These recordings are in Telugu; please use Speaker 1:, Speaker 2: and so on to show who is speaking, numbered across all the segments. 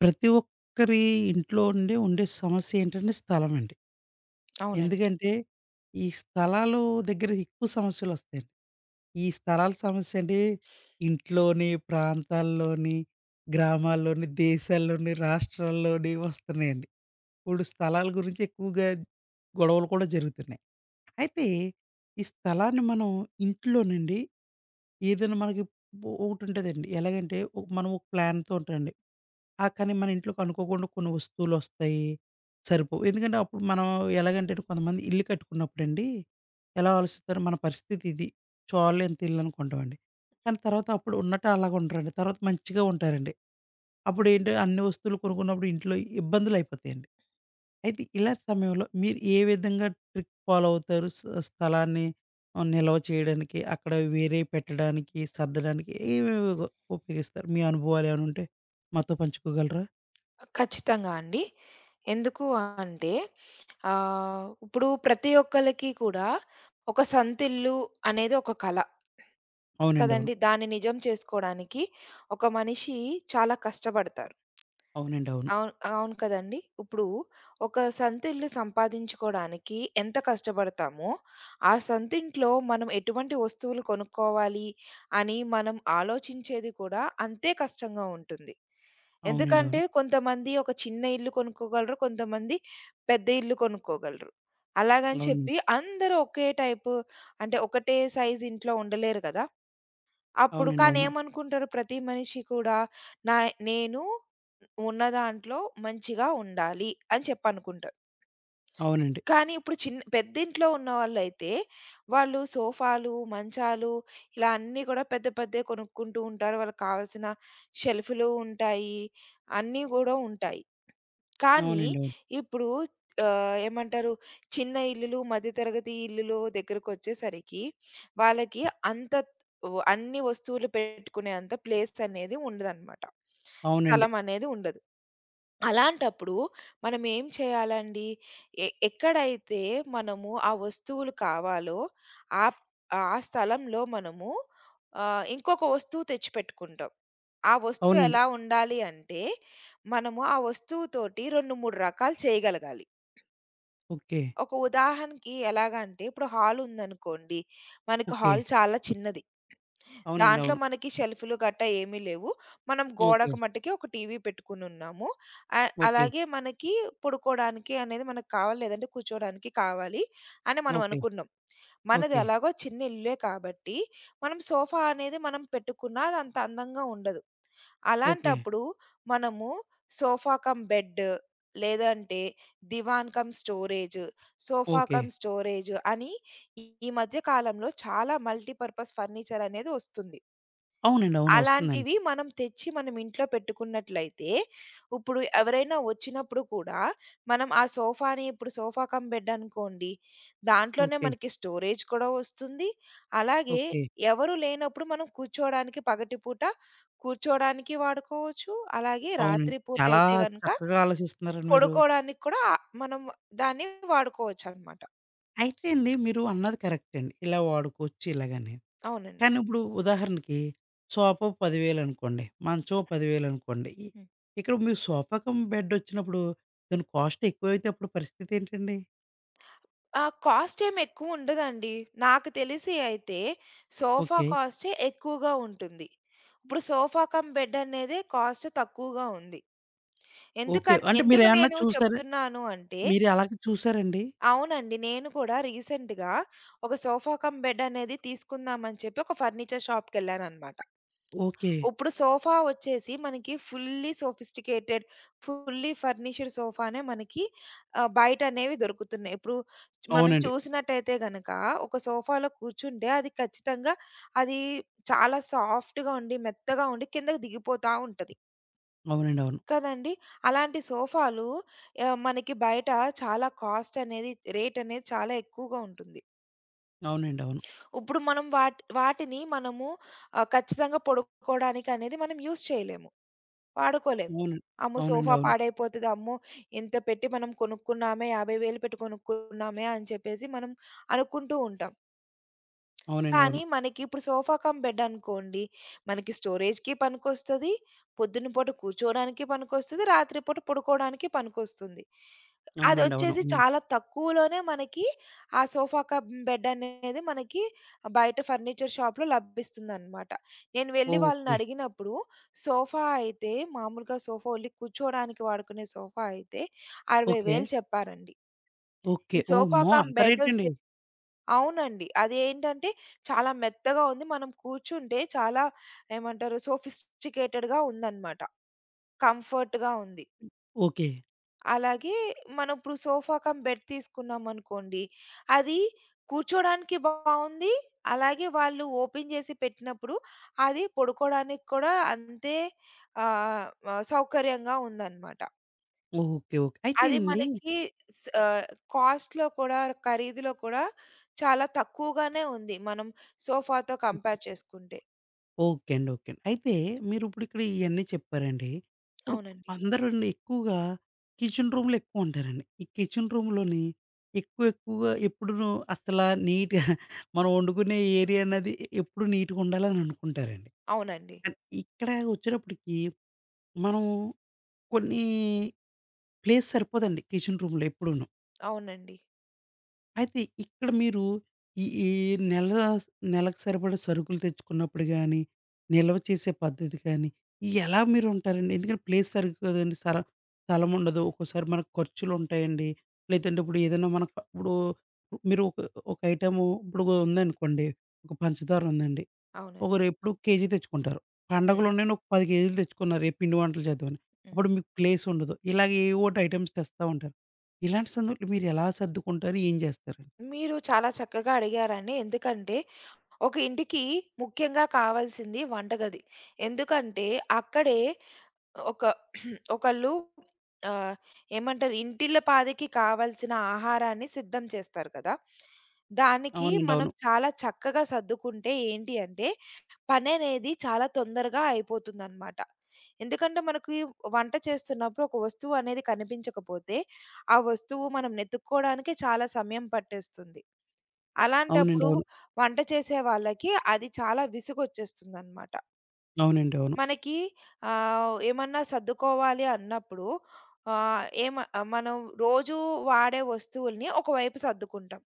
Speaker 1: ప్రతి ఒక్కరి ఇంట్లో ఉండే ఉండే సమస్య ఏంటంటే స్థలమండి.
Speaker 2: అవునండి.
Speaker 1: ఎందుకంటే, ఈ స్థలాలు దగ్గర ఎక్కువ సమస్యలొస్తాయండి. ఈ స్థలాల సమస్య అంటే ఇంట్లోని, ప్రాంతాల్లోని, గ్రామాల్లోని, దేశాల్లోని, రాష్ట్రాల్లోని వస్తున్నాయండి. ఇప్పుడు స్థలాల గురించి ఎక్కువగా గొడవలు కూడా జరుగుతున్నాయి. అయితే ఈ స్థలాన్ని మనం ఇంట్లోనండి ఏదైనా మనకి ఒకటుంటదండి. ఎలాగంటే, మనం ఒక ప్లాన్‌తో ఉంటామండి. ఆ! కానీ మన ఇంట్లోకి అనుకోకుండా కొన్ని వస్తువులొస్తాయి. సరిపోవు. ఎందుకంటే అప్పుడు మనం ఎలాగంటే కొంతమంది ఇల్లు కట్టుకున్నప్పుడండి ఎలా ఆలోచిస్తారు మన పరిస్థితి ఇది. చాలు ఇంత ఇల్లు అనుకుంటామండి. కానీ తర్వాత అప్పుడు ఉన్నట్టు అలాగ ఉండరండి. తర్వాత మంచిగా ఉంటారండి. అప్పుడేంటి అన్ని వస్తువులు కొనుక్కున్నప్పుడు ఇంట్లో ఇబ్బందులయిపోతాయండి. అయితే ఇలాంటి సమయంలో మీరు ఏ విధంగా ట్రిక్ ఫాలో అవుతారు? స్థలాన్ని నిల్వ చేయడానికి, అక్కడ వేరే పెట్టడానికి, సర్దడానికి ఏవేవో ఉపయోగిస్తారు? మీ అనుభవాలేమైనా ఉంటే మాతో పంచుకోగలరా?
Speaker 2: ఖచ్చితంగా అండి. ఎందుకు అంటే ఇప్పుడు ప్రతి ఒక్కళ్ళకి కూడా ఒక సొంతిల్లు అనేది ఒక కల
Speaker 1: అవునండి. అవును.
Speaker 2: కదండీ! దాన్ని నిజం చేసుకోవడానికి ఒక మనిషి చాలా కష్టపడతారు.
Speaker 1: అవునండి. అవును.
Speaker 2: అవును. అవును కదండీ! ఇప్పుడు ఒక సొంతిల్లు సంపాదించుకోవడానికి ఎంత కష్టపడతామో, ఆ సొంతింట్లో మనం ఎటువంటి వస్తువులు కొనుక్కోవాలి అని మనం ఆలోచించేది కూడా అంతే కష్టంగా ఉంటుంది.
Speaker 1: అవునండి. అవును.
Speaker 2: ఎందుకంటే కొంతమంది ఒక చిన్న ఇల్లు కొనుక్కోగలరు. కొంతమంది పెద్ద ఇల్లు కొనుక్కోగలరు. అలాగని చెప్పి అందరూ ఒకే టైపు అంటే ఒకటే సైజ్ ఇంట్లో ఉండలేరు కదా! అప్పుడు కానీ
Speaker 1: అవునండి.
Speaker 2: ఏమనుకుంటారు ప్రతి మనిషి కూడా నా నేను ఉన్న దాంట్లో మంచిగా ఉండాలి అని చెప్పనుకుంటారు.
Speaker 1: అవునండి. అవును. అవునండి.
Speaker 2: కానీ ఇప్పుడు పెద్దింట్లో ఉన్నవాళ్ళైతే వాళ్ళు సోఫాలు, మంచాలు ఇలా అన్నీ కూడా పెద్దయి కొనుక్కుంటూ ఉంటారు. వాళ్ళకి కావాల్సిన షెల్ఫ్‌లు ఉంటాయి. అన్నీ గూడా ఉంటాయి. కానీ
Speaker 1: అవునండి. అవును.
Speaker 2: ఇప్పుడు ఏమంటారు? చిన్న ఇల్లులు, మధ్య తరగతి ఇల్లులు దగ్గరకొచ్చేసరికి వాళ్ళకి అంత అన్ని వస్తువులు పెట్టుకునే అంత ప్లేస్ అనేది ఉండదనమాట.
Speaker 1: అవునండి.
Speaker 2: స్థలం అనేది ఉండదు. అలాంటప్పుడు మనమేం చేయాలండి? ఎక్కడైతే మనము ఆ వస్తువులు కావాలో ఆప్ ఆ స్థలంలో మనము ఇంకొక వస్తువు తెచ్చిపెట్టుకుంటాం. ఆ వస్తువు
Speaker 1: అవునండి.
Speaker 2: ఎలా ఉండాలి అంటే, మనము ఆ వస్తువుతోటి 2, 3 రకాలు చేయగలగాలి.
Speaker 1: ఓకే.
Speaker 2: ఒక ఉదాహరణకి ఎలాగంటే, ఇప్పుడు హాలుందనుకోండి. మనకి
Speaker 1: ఓకే.
Speaker 2: హాల్ చాలా చిన్నది.
Speaker 1: అవునండి.
Speaker 2: దాంట్లో
Speaker 1: అవును.
Speaker 2: మనకి షెల్ఫ్‌లు గట్టా ఏమీ లేవు. మనం
Speaker 1: ఓకే.
Speaker 2: గోడకు మట్టికి ఒక టీవీ పెట్టుకొనున్నాము.
Speaker 1: ఓకే.
Speaker 2: అలాగే మనకి పడుకోడానికి అనేది మనకు కావాలి, లేదంటే కూర్చోడానికి కావాలి అని మనం
Speaker 1: ఓకే.
Speaker 2: అనుకున్నాం. మనది
Speaker 1: ఓకే.
Speaker 2: ఎలాగో చిన్న ఇల్లే కాబట్టి, మనం సోఫా అనేది మనం పెట్టుకున్నా అదంత అందంగా ఉండదు.
Speaker 1: ఓకే.
Speaker 2: అలాంటప్పుడు మనము సోఫా కమ్ బెడ్, లేదంటే దివాన్ cum storage, sofa
Speaker 1: okay.
Speaker 2: Cum storage అని ఈ ఈ మధ్య కాలంలో చాలా మల్టీ పర్పస్ ఫర్నిచర్ అనేది ఒస్తుంది.
Speaker 1: అవునండి. అవును. వస్తుందండి.
Speaker 2: అలాంటివి మనం తెచ్చి మనం ఇంట్లో పెట్టుకున్నట్లయితే, ఇప్పుడు ఎవరైనా వచ్చినప్పుడు కూడా మనం ఆ సోఫాని ఇప్పుడు సోఫా కమ్ బెడ్ అనుకోండి, దాంట్లోనే
Speaker 1: ఓకే.
Speaker 2: మనకి స్టోరేజ్ కూడా వస్తుంది. అలాగే
Speaker 1: ఓకే.
Speaker 2: ఎవరు లేనప్పుడు మనం కూర్చోవడానికి పగటిపూట కూర్చోవడానికి వాడుకోవచ్చు. అలాగే
Speaker 1: అవునండి.
Speaker 2: రాత్రి పూట
Speaker 1: చాలా
Speaker 2: అయితే గనక
Speaker 1: చక్కగా ఆలోచిస్తున్నారండి మీరు.
Speaker 2: పడుకోవడానికి కూడా మనం దాన్ని వాడుకోవచ్చనమాట.
Speaker 1: అయితే అండి మీరు అన్నది కరెక్ట్ అండి. ఇలా వాడుకోవచ్చు ఇలాగని.
Speaker 2: అవునండి.
Speaker 1: కానీ ఇప్పుడు ఉదాహరణకి సోఫా 10,000 అనుకోండి. మంచం 10,000 అనుకోండి.
Speaker 2: హ్మ్.
Speaker 1: ఇక్కడ మీకు సోఫా కమ్ బెడ్ వచ్చినప్పుడు దాని కాస్ట్ ఎక్కువైతే అప్పుడు పరిస్థితి ఏంటండి?
Speaker 2: ఆ! కాస్ట్ ఏమి ఎక్కువుండదండి. నాకు తెలిసి అయితే సోఫా
Speaker 1: ఓకే.
Speaker 2: కాస్టే ఎక్కువగా ఉంటుంది. ఇప్పుడు సోఫా కమ్ బెడ్ అనేదే కాస్ట్ తక్కువగా ఉంది.
Speaker 1: ఓకే. అంటే
Speaker 2: ఎందుకు
Speaker 1: మీరేమన్నా
Speaker 2: నేను
Speaker 1: చూసారా?
Speaker 2: చెప్తున్నాను అంటే
Speaker 1: మీరు అలాగే చూసారండి?
Speaker 2: అవునండి. నేను కూడా రీసెంట్‌గా ఒక సోఫా కమ్ బెడ్ అనేది తీసుకుందామని చెప్పి ఒక ఫర్నిచర్ షాప్‌కెళ్ళాననమాట.
Speaker 1: ఓకే.
Speaker 2: ఇప్పుడు సోఫా వచ్చేసి మనకి ఫుల్లీ సోఫిస్టికేటెడ్, ఫుల్లీ ఫర్నిష్డ్ సోఫానే మనకి బయటనేవి దొరుకుతున్నాయి. ఇప్పుడు మనం
Speaker 1: అవునండి.
Speaker 2: చూసినట్టయితే గనక ఒక సోఫాలో కూర్చుంటే అది ఖచ్చితంగా అది చాలా సాఫ్ట్‌గా ఉండి, మెత్తగా ఉండి కిందకి దిగిపోతా ఉంటది.
Speaker 1: అవునండి. అవును.
Speaker 2: కదండీ! అలాంటి సోఫాలు మనకి బయట చాలా కాస్ట్ అనేది, రేట్ అనేది చాలా ఎక్కువగా ఉంటుంది.
Speaker 1: అవునండి. అవును.
Speaker 2: ఇప్పుడు మనం వాటిని మనము ఖచ్చితంగా పడుకోవడానికి అనేది మనం యూజ్ చేయలేము. వాడుకోలేం.
Speaker 1: అవును.
Speaker 2: అమ్మో!
Speaker 1: అవునండి.
Speaker 2: సోఫా
Speaker 1: అవును.
Speaker 2: పాడైపోతది. అమ్మో! ఇంత పెట్టి మనం కొనుక్కున్నామే, 50,000 పెట్టి కొనుక్కున్నామే అని చెప్పేసి మనం అనుకుంటూ ఉంటాం.
Speaker 1: అవునండి.
Speaker 2: కానీ
Speaker 1: అవును.
Speaker 2: మనకి ఇప్పుడు సోఫా కమ్ బెడ్ అనుకోండి, మనకి స్టోరేజ్‌కి పనికొస్తది, పొద్దున పూట కూర్చోవడానికి పనికొస్తది, రాత్రి పూట పడుకోవడానికి పనికొస్తుంది.
Speaker 1: అవునండి. అవును.
Speaker 2: అదొచ్చేసి
Speaker 1: అవును.
Speaker 2: చాలా తక్కువలోనే మనకి ఆ సోఫా కమ్ బెడనేది మనకి బయట ఫర్నిచర్ షాప్‌లో లభిస్తుందనమాట. నేను వెళ్లి
Speaker 1: ఓకే.
Speaker 2: వాళ్ళనడిగినప్పుడు, సోఫా అయితే మామూలుగా సోఫా ఓన్లీ కూర్చోడానికి వాడుకునే సోఫా అయితే
Speaker 1: ఓకే.
Speaker 2: 60,000 చెప్పారండి.
Speaker 1: ఓకే.
Speaker 2: ఈ సోఫా
Speaker 1: ఓమ్మో!
Speaker 2: కమ్
Speaker 1: అంత రేటండి?
Speaker 2: బెడొచ్చి అవునండి. అదేంటంటే చాలా మెత్తగా ఉంది. మనం కూర్చుంటే చాలా ఏమంటారు సోఫిస్టికేటెడ్‌గా ఉందనమాట. కంఫర్ట్‌గా ఉంది.
Speaker 1: ఓకే.
Speaker 2: అలాగే మనం ఇప్పుడు సోఫా కమ్ బెడ్ తీసుకున్నామనుకోండి, అది కూర్చోడానికి బావుంది. అలాగే వాళ్ళు ఓపెన్ చేసి పెట్టినప్పుడు అది పడుకోడానికి కూడా అంతే ఆహ్, ఆహ్, సౌకర్యంగా ఉందన్నమాట.
Speaker 1: ఓకే. ఓకే. అయితే
Speaker 2: అది
Speaker 1: అండి
Speaker 2: మనకి స్ ఆహ్, కాస్ట్‌లో కూడా, ఖరీదులో కూడా చాలా తక్కువగానే ఉంది. మనం సోఫాతో కంపేర్ చేసుకుంటే.
Speaker 1: ఓకే అండి. ఓకే అండి. అయితే మీరిప్పుడు ఇక్కడ ఇయన్నీ చెప్పారండి. ఇప్పుడు
Speaker 2: అవునండి.
Speaker 1: అందరండి ఎక్కువగా కిచెన్ రూమ్‌లో ఎక్కువుంటారండి. ఈ కిచెన్ రూమ్‌లోని ఎక్కువ ఎక్కువగా ఎప్పుడును అసలా నీట్‌గా మనం వండుకునే ఏరియా అన్నది ఎప్పుడు నీట్‌గా ఉండాలని అనుకుంటారండి.
Speaker 2: అవునండి.
Speaker 1: కానీ ఇక్కడ వచ్చేటప్పటికి మనం కొన్ని ప్లేస్ సరిపోదండి కిచెన్ రూమ్‌లో ఎప్పుడూను.
Speaker 2: అవునండి.
Speaker 1: అయితే ఇక్కడ మీరు ఈ ఈ నెల నెలకు సరిపడా సరుకులు తెచ్చుకున్నప్పుడు గానీ, నిల్వ చేసే పద్ధతి కానీ, ఇయి ఎలా మీరుంటారండి? ఎందుకంటే ప్లేస్ సరిగ్గా కదండీ. స్థలం ఉండదు. ఒక్కోసారి మనకు ఖర్చులుంటాయండి. లేదంటే ఇప్పుడు ఏదైనా మనకు ఇప్పుడు మీరు ఒక ఒక ఐటెము ఇప్పుడు ఉందనుకోండి. ఒక పంచదార ఉందండి.
Speaker 2: అవునండి.
Speaker 1: ఒకరు ఎప్పుడు కేజీ తెచ్చుకుంటారు.
Speaker 2: హ్మ్.
Speaker 1: పండగలున్నాయని ఒక 10 కేజీలు తెచ్చుకున్నారు. ఏ పిండి వంటలు చేద్దామని.
Speaker 2: హ్మ్.
Speaker 1: అప్పుడు మీకు ప్లేస్ ఉండదు. ఇలాగ ఏవోటి ఐటెమ్స్ తెస్తా ఉంటారు. ఇలాంటి సందర్భంలో మీరు ఎలా సర్దుకుంటారు? ఏం చేస్తారు?
Speaker 2: మీరు చాలా చక్కగా అడిగారండి. ఎందుకంటే ఒక ఇంటికి ముఖ్యంగా కావాల్సింది వంటగది. ఎందుకంటే అక్కడే ఒక ఒకళ్ళు ఆహ్, ఏమంటారు ఇంటిల్లపాదికి కావాల్సిన ఆహారాన్ని సిద్ధం చేస్తారు కదా! దానికి
Speaker 1: అవునండి.
Speaker 2: మనం
Speaker 1: అవును.
Speaker 2: చాలా చక్కగా సర్దుకుంటే ఏంటి అంటే పననేది చాలా తొందరగా అయిపోతుందనమాట. ఎందుకంటే మనకి వంట చేస్తున్నప్పుడు ఒక వస్తువు అనేది కనిపించకపోతే, ఆ వస్తువు మనం వెతుక్కోవడానికే చాలా సమయం పట్టేస్తుంది.
Speaker 1: అవునండి.
Speaker 2: అలాంటప్పుడు
Speaker 1: అవును.
Speaker 2: వంట చేసే వాళ్ళకి అది చాలా విసుగొచ్చేస్తుందనమాట.
Speaker 1: అవునండి. అవును.
Speaker 2: మనకి ఏమన్నా సర్దుకోవాలి అన్నప్పుడు మనం రోజూ వాడే వస్తువుల్ని ఒకవైపు సర్దుకుంటాం.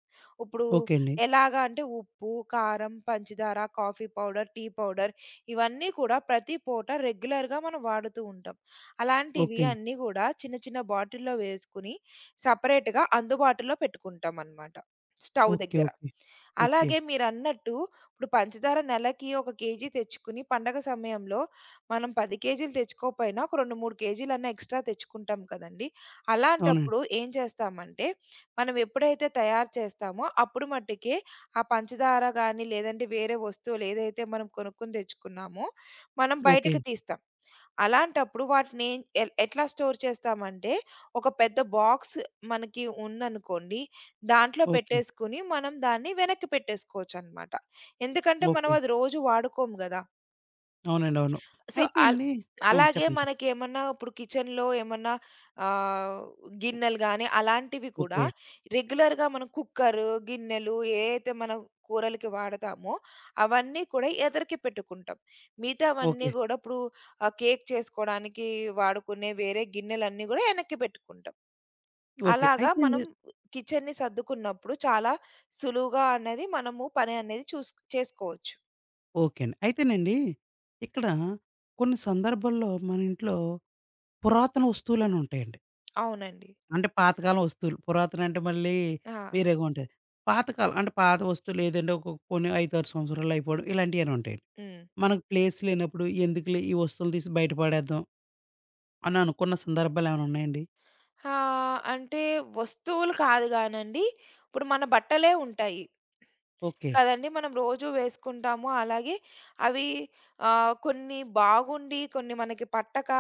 Speaker 2: ఇప్పుడు
Speaker 1: ఓకే అండి.
Speaker 2: ఎలాగా అంటే ఉప్పు, కారం, పంచదార, కాఫీ పౌడర్, టీ పౌడర్ ఇవన్నీ కూడా ప్రతి పూట రెగ్యులర్‌గా మనం వాడుతూ ఉంటాం.
Speaker 1: ఓకే
Speaker 2: అలాంటివి
Speaker 1: అండి.
Speaker 2: అన్నీ గూడా చిన్న చిన్న బాటిల్‌లో వేసుకొని సెపరేట్‌గా అందుబాటులో పెట్టుకుంటామనమాట. Stove
Speaker 1: okay.
Speaker 2: దగ్గర.
Speaker 1: ఓకే. ఓకే.
Speaker 2: అలాగే మీరన్నట్టు ఇప్పుడు పంచదార నెలకి ఒక కేజీ తెచ్చుకుని, పండగ సమయంలో మనం 10 కేజీలు తెచ్చుకోకపోయినా ఒక 2, 3 కేజీలన్నా ఎక్స్‌ట్రా తెచ్చుకుంటాం కదండీ!
Speaker 1: అవునండి.
Speaker 2: అలాంటప్పుడు ఏం చేస్తామంటే, మనం ఎప్పుడైతే తయారు చేస్తామో అప్పుడు మట్టుకే ఆ పంచదార గాని, లేదంటే వేరే వస్తువులు ఏదైతే మనం కొనుక్కొని తెచ్చుకున్నామో, మనం
Speaker 1: ఓకే.
Speaker 2: బయటకి తీస్తాం. అలాంటప్పుడు వాటినేం ఎల్ ఎట్లా స్టోర్ చేస్తామంటే, ఒక పెద్ద బాక్స్ మనకి ఉందనుకోండి, దాంట్లో
Speaker 1: ఓకే.
Speaker 2: పెట్టేసుకొని మనం దాన్ని వెనక్కి పెట్టేసుకోవచ్చనమాట. ఎందుకంటే, మనం
Speaker 1: ఓకే.
Speaker 2: అది రోజు వాడుకోము గదా!
Speaker 1: అవునండి. అవును.
Speaker 2: సో,
Speaker 1: అయితే
Speaker 2: అల్
Speaker 1: అండి హ్మ్.
Speaker 2: అలాగే
Speaker 1: చెప్పండి. చెప్పండి.
Speaker 2: మనకేమన్నా ఇప్పుడు కిచెన్‌లో ఏమన్నా ఆహ్, గిన్నెలు గానీ, అలాంటివి కూడా
Speaker 1: ఓకే.
Speaker 2: రెగ్యులర్‌గా మనం కుక్కరు, గిన్నెలు ఏయైతే మనం కూరలకి వాడతామో, అవన్నీ కూడా ఎదరికి పెట్టుకుంటాం.
Speaker 1: ఓకే.
Speaker 2: మిగతావన్నీ గూడా ఇప్పుడు కేక్ చేసుకోవడానికి వాడుకునే వేరే గిన్నెలన్నీ గూడా ఎనక్కి పెట్టుకుంటాం.
Speaker 1: ఓకే.
Speaker 2: అలాగా
Speaker 1: అయితే అండి
Speaker 2: మనం కిచెన్‌ని సర్దుకున్నప్పుడు చాలా సులువుగా అనేది మనము పని అనేది చూస్ చేసుకోవచ్చు.
Speaker 1: ఓకే అండి. అయితేనండి ఇక్కడ కొన్ని సందర్భాల్లో మన ఇంట్లో పురాతన వస్తువులని ఉంటాయండి.
Speaker 2: అవునండి.
Speaker 1: అంటే పాతకాలం వస్తువులు. పురాతన అంటే మళ్ళీ
Speaker 2: ఆ!
Speaker 1: వేరేగా ఉంటాయి. పాతకాలం అంటే పాత వస్తువులు ఏదంటే ఒక కొన్ని 5, 6 సంవత్సరాలు అయిపోవడం ఇలాంటియేనా ఉంటాయండి.
Speaker 2: హ్మ్.
Speaker 1: మనకు ప్లేస్ లేనప్పుడు ఎందుకులే ఈ వస్తువులు తీసి బయట పడేద్దాం అని అనుకున్న సందర్భాలేమైనా ఉన్నాయండి?
Speaker 2: ఆ! అంటే వస్తువులు కాదు గానండి. ఇప్పుడు మన బట్టలే ఉంటాయి
Speaker 1: ఓకే.
Speaker 2: కదండీ! మనం రోజు వేసుకుంటాము. అలాగే అవి కొన్ని బాగుండి, కొన్ని మనకి పట్టక,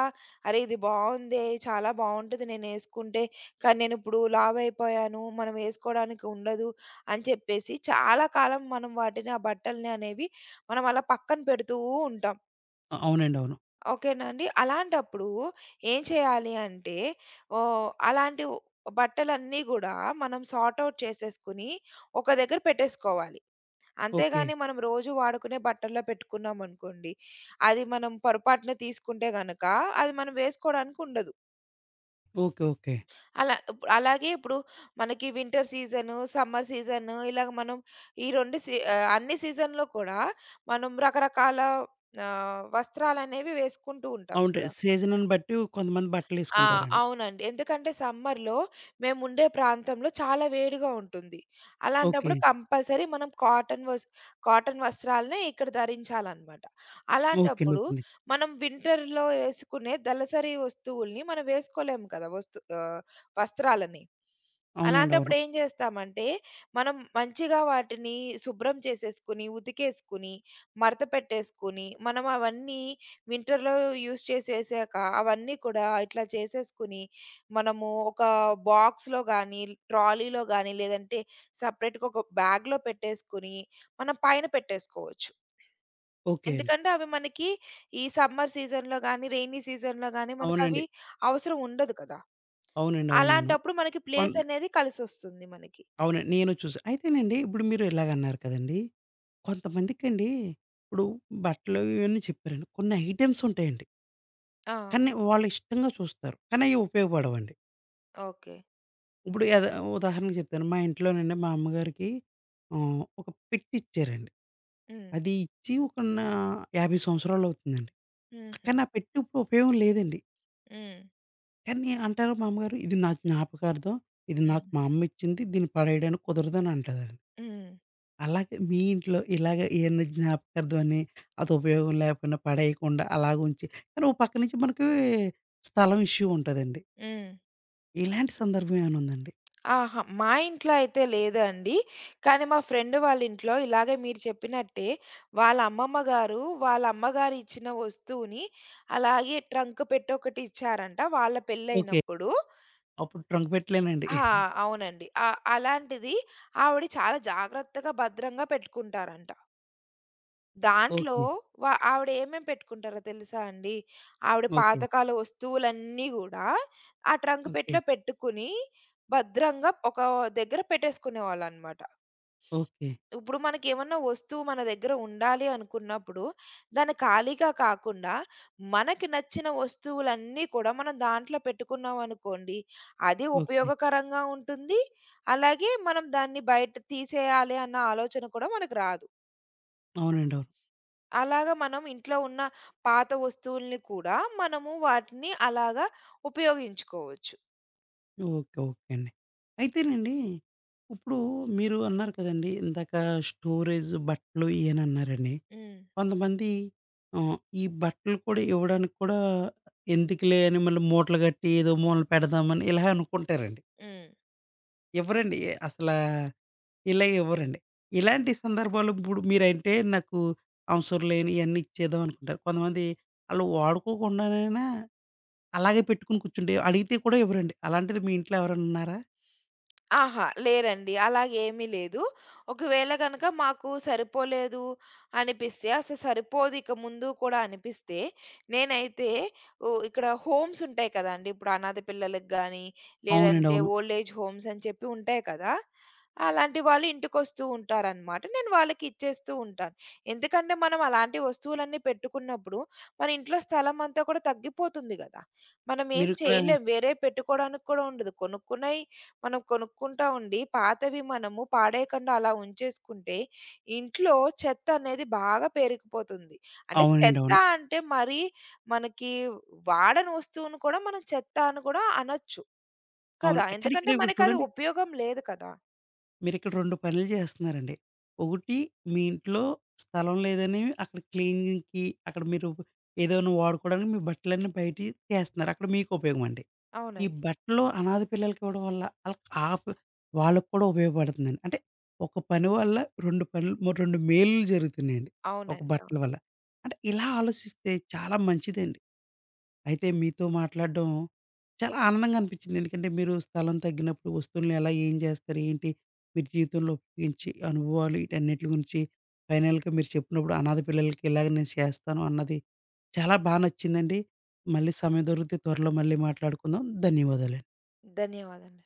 Speaker 2: అరే! ఇది బావుందే, చాలా బావుంటది నేనేసుకుంటే, కానీ నేనిప్పుడు లావైపోయాను, మనం వేసుకోవడానికి ఉండదు అని చెప్పేసి చాలా కాలం మనం వాటిని ఆ బట్టల్ని అనేవి మనం అలా పక్కన పెడుతూ ఉంటాం.
Speaker 1: అవునండి. అవును.
Speaker 2: ఓకేనండి. అలాంటప్పుడు ఏం చేయాలి అంటే ఓహ్, అలాంటి ఓ- బట్టలన్నీ గూడా మనం సార్ట్ ఔట్ చేసేసుకొని ఒక దగ్గర పెట్టేసుకోవాలి.
Speaker 1: ఓకే.
Speaker 2: అంతేగాని మనం రోజు వాడుకునే బట్టల్లో పెట్టుకున్నామనుకోండి, అది మనం పొరపాటున తీసుకుంటే గనక అది మనం వేసుకోవడానికి ఉండదు.
Speaker 1: ఓకే. ఓకే.
Speaker 2: అలాగే ఇప్పుడు మనకి వింటర్ సీజను, సమ్మర్ సీజను ఇలాగ మనం ఈ 2 సీ ఆహ్, అన్ని సీజన్‌లో కూడా మనం రకరకాల వస్త్రాలనేవి వేసుకుంటూ ఉంటాం
Speaker 1: అవుంటాయి.
Speaker 2: కదా!
Speaker 1: సీజన్‌ని బట్టి కొంతమంది
Speaker 2: ఆ!
Speaker 1: బట్టలేసుకుంటారండి.
Speaker 2: అవునండి. ఎందుకంటే సమ్మర్‌లో మేముండే ప్రాంతంలో చాలా వేడిగా ఉంటుంది.
Speaker 1: ఓకే.
Speaker 2: అలాంటప్పుడు కంపల్సరీ మనం కాటన్ వస్త్రాలనే ఇక్కడ ధరించాలనమాట.
Speaker 1: ఓకే అండి.
Speaker 2: అలాంటప్పుడు
Speaker 1: ఓకే అండి.
Speaker 2: మనం వింటర్‌లో ఏసుకునే దళసరి వస్తువుల్ని మనం వేసుకోలేము కదా! వస్త్రాలని.
Speaker 1: అవునండి. అవును.
Speaker 2: అలాంటప్పుడు ఏం చేస్తామంటే, మనం మంచిగా వాటిని శుభ్రం చేసేసుకొని, ఉతికేసుకొని, మడత పెట్టేసుకొని, మనం అవన్నీ వింటర్‌లో యూజ్ చేసేసాక అవన్నీ కూడా ఇట్లా చేసేసుకొని, మనము ఒక బాక్స్‌లో గానీ, ట్రాలీలో గానీ, లేదంటే సెపరేట్‌గా ఒక బ్యాగ్‌లో పెట్టేసుకొని, మనం పైన పెట్టేసుకోవచ్చు.
Speaker 1: ఓకే అండి.
Speaker 2: ఎందుకంటే అవి మనకి ఈ సమ్మర్ సీజన్‌లో గానీ, రెయినీ సీజన్‌లో గానీ,
Speaker 1: అవునండి.
Speaker 2: మనకవి అవసరం ఉండదు కదా!
Speaker 1: అవునండి. అవునవును.
Speaker 2: అలాంటప్పుడు మనకి
Speaker 1: కొన్
Speaker 2: ప్లేస్ అనేది కలిసొస్తుంది మనకి.
Speaker 1: అవునండి. నేను చూసా. అయితేనండి ఇప్పుడు మీరు ఇలాగన్నారు కదండీ! కొంతమందికండి ఇప్పుడు బట్టలు ఇవన్నీ చెప్పారండి. కొన్ని ఐటెమ్స్ ఉంటాయండి.
Speaker 2: ఆ!
Speaker 1: కానీ వాళ్ళు ఇష్టంగా చూస్తారు. కానీ అయి ఉపయోగపడవండి.
Speaker 2: ఓకే.
Speaker 1: ఇప్పుడు ఉదాహరణకు చెప్తాను. మా ఇంట్లోనండి మా అమ్మగారికి ఒక పెట్టిచ్చారండి.
Speaker 2: హ్మ్.
Speaker 1: అది ఇచ్చి ఒక నా 50 సంవత్సరాలవుతుందండి.
Speaker 2: హుహు.
Speaker 1: కానీ, ఆ పెట్టె ఇప్పుడు ఉపయోగం లేదండి.
Speaker 2: హ్మ్.
Speaker 1: కానీ అంటారు మా అమ్మగారు, "ఇది నా జ్ఞాపకార్థం. ఇది నాకు
Speaker 2: హ్మ్.
Speaker 1: మా అమ్మ ఇచ్చింది. దీన్ని పడేయడానికి కుదరదని" అంటాదండి.
Speaker 2: హ్మ్. హ్మ్.
Speaker 1: అలాగే మీ ఇంట్లో ఇలాగ ఏదన్నా జ్ఞాపకార్థం అని అది ఉపయోగం లేకపోయినా పడేయకుండా అలాగుంచి కానీ, ఓ పక్క నుంచి మనకి స్థలం ఇష్యూ ఉంటదండి.
Speaker 2: హ్మ్.
Speaker 1: ఇలాంటి సందర్భం ఏమైనా ఉందండి?
Speaker 2: ఆహా! మా ఇంట్లో అయితే లేదండి. కానీ మా ఫ్రెండ్ వాళ్ళ ఇంట్లో ఇలాగే మీరు చెప్పినట్టే వాళ్ళ అమ్మమ్మ గారు, వాళ్ళ అమ్మగారు ఇచ్చిన వస్తువుని అలాగే ట్రంక్ పెట్టి ఒకటి ఇచ్చారంట వాళ్ళ
Speaker 1: ఓకే.
Speaker 2: పెళ్ళైనప్పుడు.
Speaker 1: అప్పుడు ట్రంక్ పెట్టలేనండి.
Speaker 2: ఆ! అవునండి. ఆ! అలాంటిది ఆవిడ చాలా జాగ్రత్తగా, భద్రంగా పెట్టుకుంటారంట. దాంట్లో
Speaker 1: ఓకే.
Speaker 2: వ ఆవిడ ఏమేమి పెట్టుకుంటారో తెలుసా అండి? ఆవిడ
Speaker 1: ఓకే.
Speaker 2: పాతకాల వస్తువులన్నీ గూడా ఆ ట్రంక్
Speaker 1: ఓకే.
Speaker 2: పెట్టెలో పెట్టుకుని భద్రంగా ఒక దగ్గర పెట్టేసుకునేవాళ్ళనమాట.
Speaker 1: ఓకే.
Speaker 2: ఇప్పుడు మనకేమన్నా వస్తువు మన దగ్గర ఉండాలి అనుకున్నప్పుడు, దాన్ని ఖాళీగా కాకుండా, మనకి నచ్చిన వస్తువులన్నీ కూడా మనం దాంట్లో పెట్టుకున్నామనుకోండి, అది
Speaker 1: ఓకే.
Speaker 2: ఉపయోగకరంగా ఉంటుంది. అలాగే మనం దాన్ని బయట తీసేయాలి అన్న ఆలోచన కూడా మనకు రాదు.
Speaker 1: అవునండి. అవును.
Speaker 2: అలాగా మనం ఇంట్లో ఉన్న పాత వస్తువుల్ని కూడా మనము వాటిని అలాగా ఉపయోగించుకోవచ్చు.
Speaker 1: ఓకే. ఓకే అండి. అయితేనండి, ఇప్పుడు మీరు అన్నారు కదండీ! ఇందాక స్టోరేజ్ బట్టలు ఇయనన్నారండి.
Speaker 2: హ్మ్.
Speaker 1: కొంతమంది ఈ బట్టలు కూడా ఇవ్వడానికి కూడా ఎందుకులే అని మళ్ళీ మూటలు కట్టి ఏదో మూలన పెడదామని ఇలా అనుకుంటారండి.
Speaker 2: హ్మ్.
Speaker 1: ఇవ్వరండి. అసలా ఇలా ఇవ్వరండి. ఇలాంటి సందర్భాలు ఇప్పుడు మీరంటే నాకు అవసరం లేని ఇయన్నీ ఇచ్చేద్దాం అనుకుంటారు. కొంతమంది ఆళ్ళు వాడుకోకుండానైనా అలాగే పెట్టుకొని కూర్చుంటే అడిగితే కూడా ఇవ్వరండి. అలాంటిది మీ ఇంట్లో ఎవరైనా ఉన్నారా?
Speaker 2: ఆహా! లేరండి. అలాగేమీ లేదు. ఒకవేళ గనక మాకు సరిపోలేదు అనిపిస్తే, అసలు సరిపోదు ఇక ముందు కూడా అనిపిస్తే, నేనైతే ఓ ఇక్కడ హోమ్స్ ఉంటాయి కదండీ! ఇప్పుడు అనాథ పిల్లలకి గాని,
Speaker 1: అవునండి.
Speaker 2: లేదంటే
Speaker 1: అవును.
Speaker 2: ఓల్డ్ ఏజ్ హోమ్స్ అని చెప్పి ఉంటాయి కదా! అలాంటి వాళ్ళు ఇంటికొస్తూ ఉంటారనమాట. నేను వాళ్ళకి ఇచ్చేస్తూ ఉంటాను. ఎందుకంటే మనం అలాంటి వస్తువులన్నీ పెట్టుకున్నప్పుడు, మన ఇంట్లో స్థలం అంతా కూడా తగ్గిపోతుంది గదా! మనం ఏం
Speaker 1: మీరిక్కడ
Speaker 2: చేయలేం. వేరే పెట్టుకోవడానికి కూడా ఉండదు. కొనుక్కున్నయి మనం కొనుక్కుంటా ఉండి పాతవి మనము పాడేయకుండా అలా ఉంచేసుకుంటే, ఇంట్లో చెత్త అనేది బాగా పేరుకుపోతుంది. అంటే
Speaker 1: అవునండి.
Speaker 2: చెత్త
Speaker 1: అవును.
Speaker 2: అంటే మరీ మనకి వాడని వస్తువును కూడా మనం చెత్త అని కూడా అనొచ్చు
Speaker 1: అవును.
Speaker 2: కదా!
Speaker 1: కానీ
Speaker 2: ఎందుకంటే
Speaker 1: ఇక్కడ ఒకటి
Speaker 2: మనకది
Speaker 1: చూడండి.
Speaker 2: ఉపయోగం లేదు కదా!
Speaker 1: మీరిక్కడ 2 పనులు చేస్తున్నారండి. ఒకటి మీ ఇంట్లో స్థలం లేదని అక్కడ క్లీనింగ్‌కి అక్కడ మీరు ఏదైనా వాడుకోవడానికి మీ బట్టలన్నీ బయటియి తీస్తున్నారు. అక్కడ మీకు ఉపయోగం అండి. ఈ
Speaker 2: అవునండి.
Speaker 1: బట్టలు అనాథ పిల్లలకివ్వడం వల్ల ఆళ్ళకి ఆ ప వాళ్ళకి కూడా ఉపయోగపడుతుందండి. అంటే ఒక పని వల్ల 2 పనులు 2 మేలులు జరుగుతున్నాయండి. ఒక
Speaker 2: అవునండి. అవును.
Speaker 1: బట్టల వల్ల. అంటే ఇలా ఆలోచిస్తే చాలా మంచిదండి. అయితే మీతో మాట్లాడడం చాలా ఆనందంగా అనిపించింది. ఎందుకంటే మీరు స్థలం తగ్గినప్పుడు వస్తువులను ఎలా ఏం చేస్తారు? ఏంటి? మీరు జీవితంలో ఉపయోగించే అనుభవాలు వీటన్నిటి గురించి ఫైనల్‌గా మీరు చెప్పినప్పుడు అనాథ పిల్లలకి ఇలాగ నేను చేస్తాను అన్నది చాలా నచ్చిందండి. మళ్ళీ సమయం దొరికితే త్వరలో మళ్ళీ మాట్లాడుకుందాం. ధన్యవాదాలండి.
Speaker 2: ధన్యవాదాలు.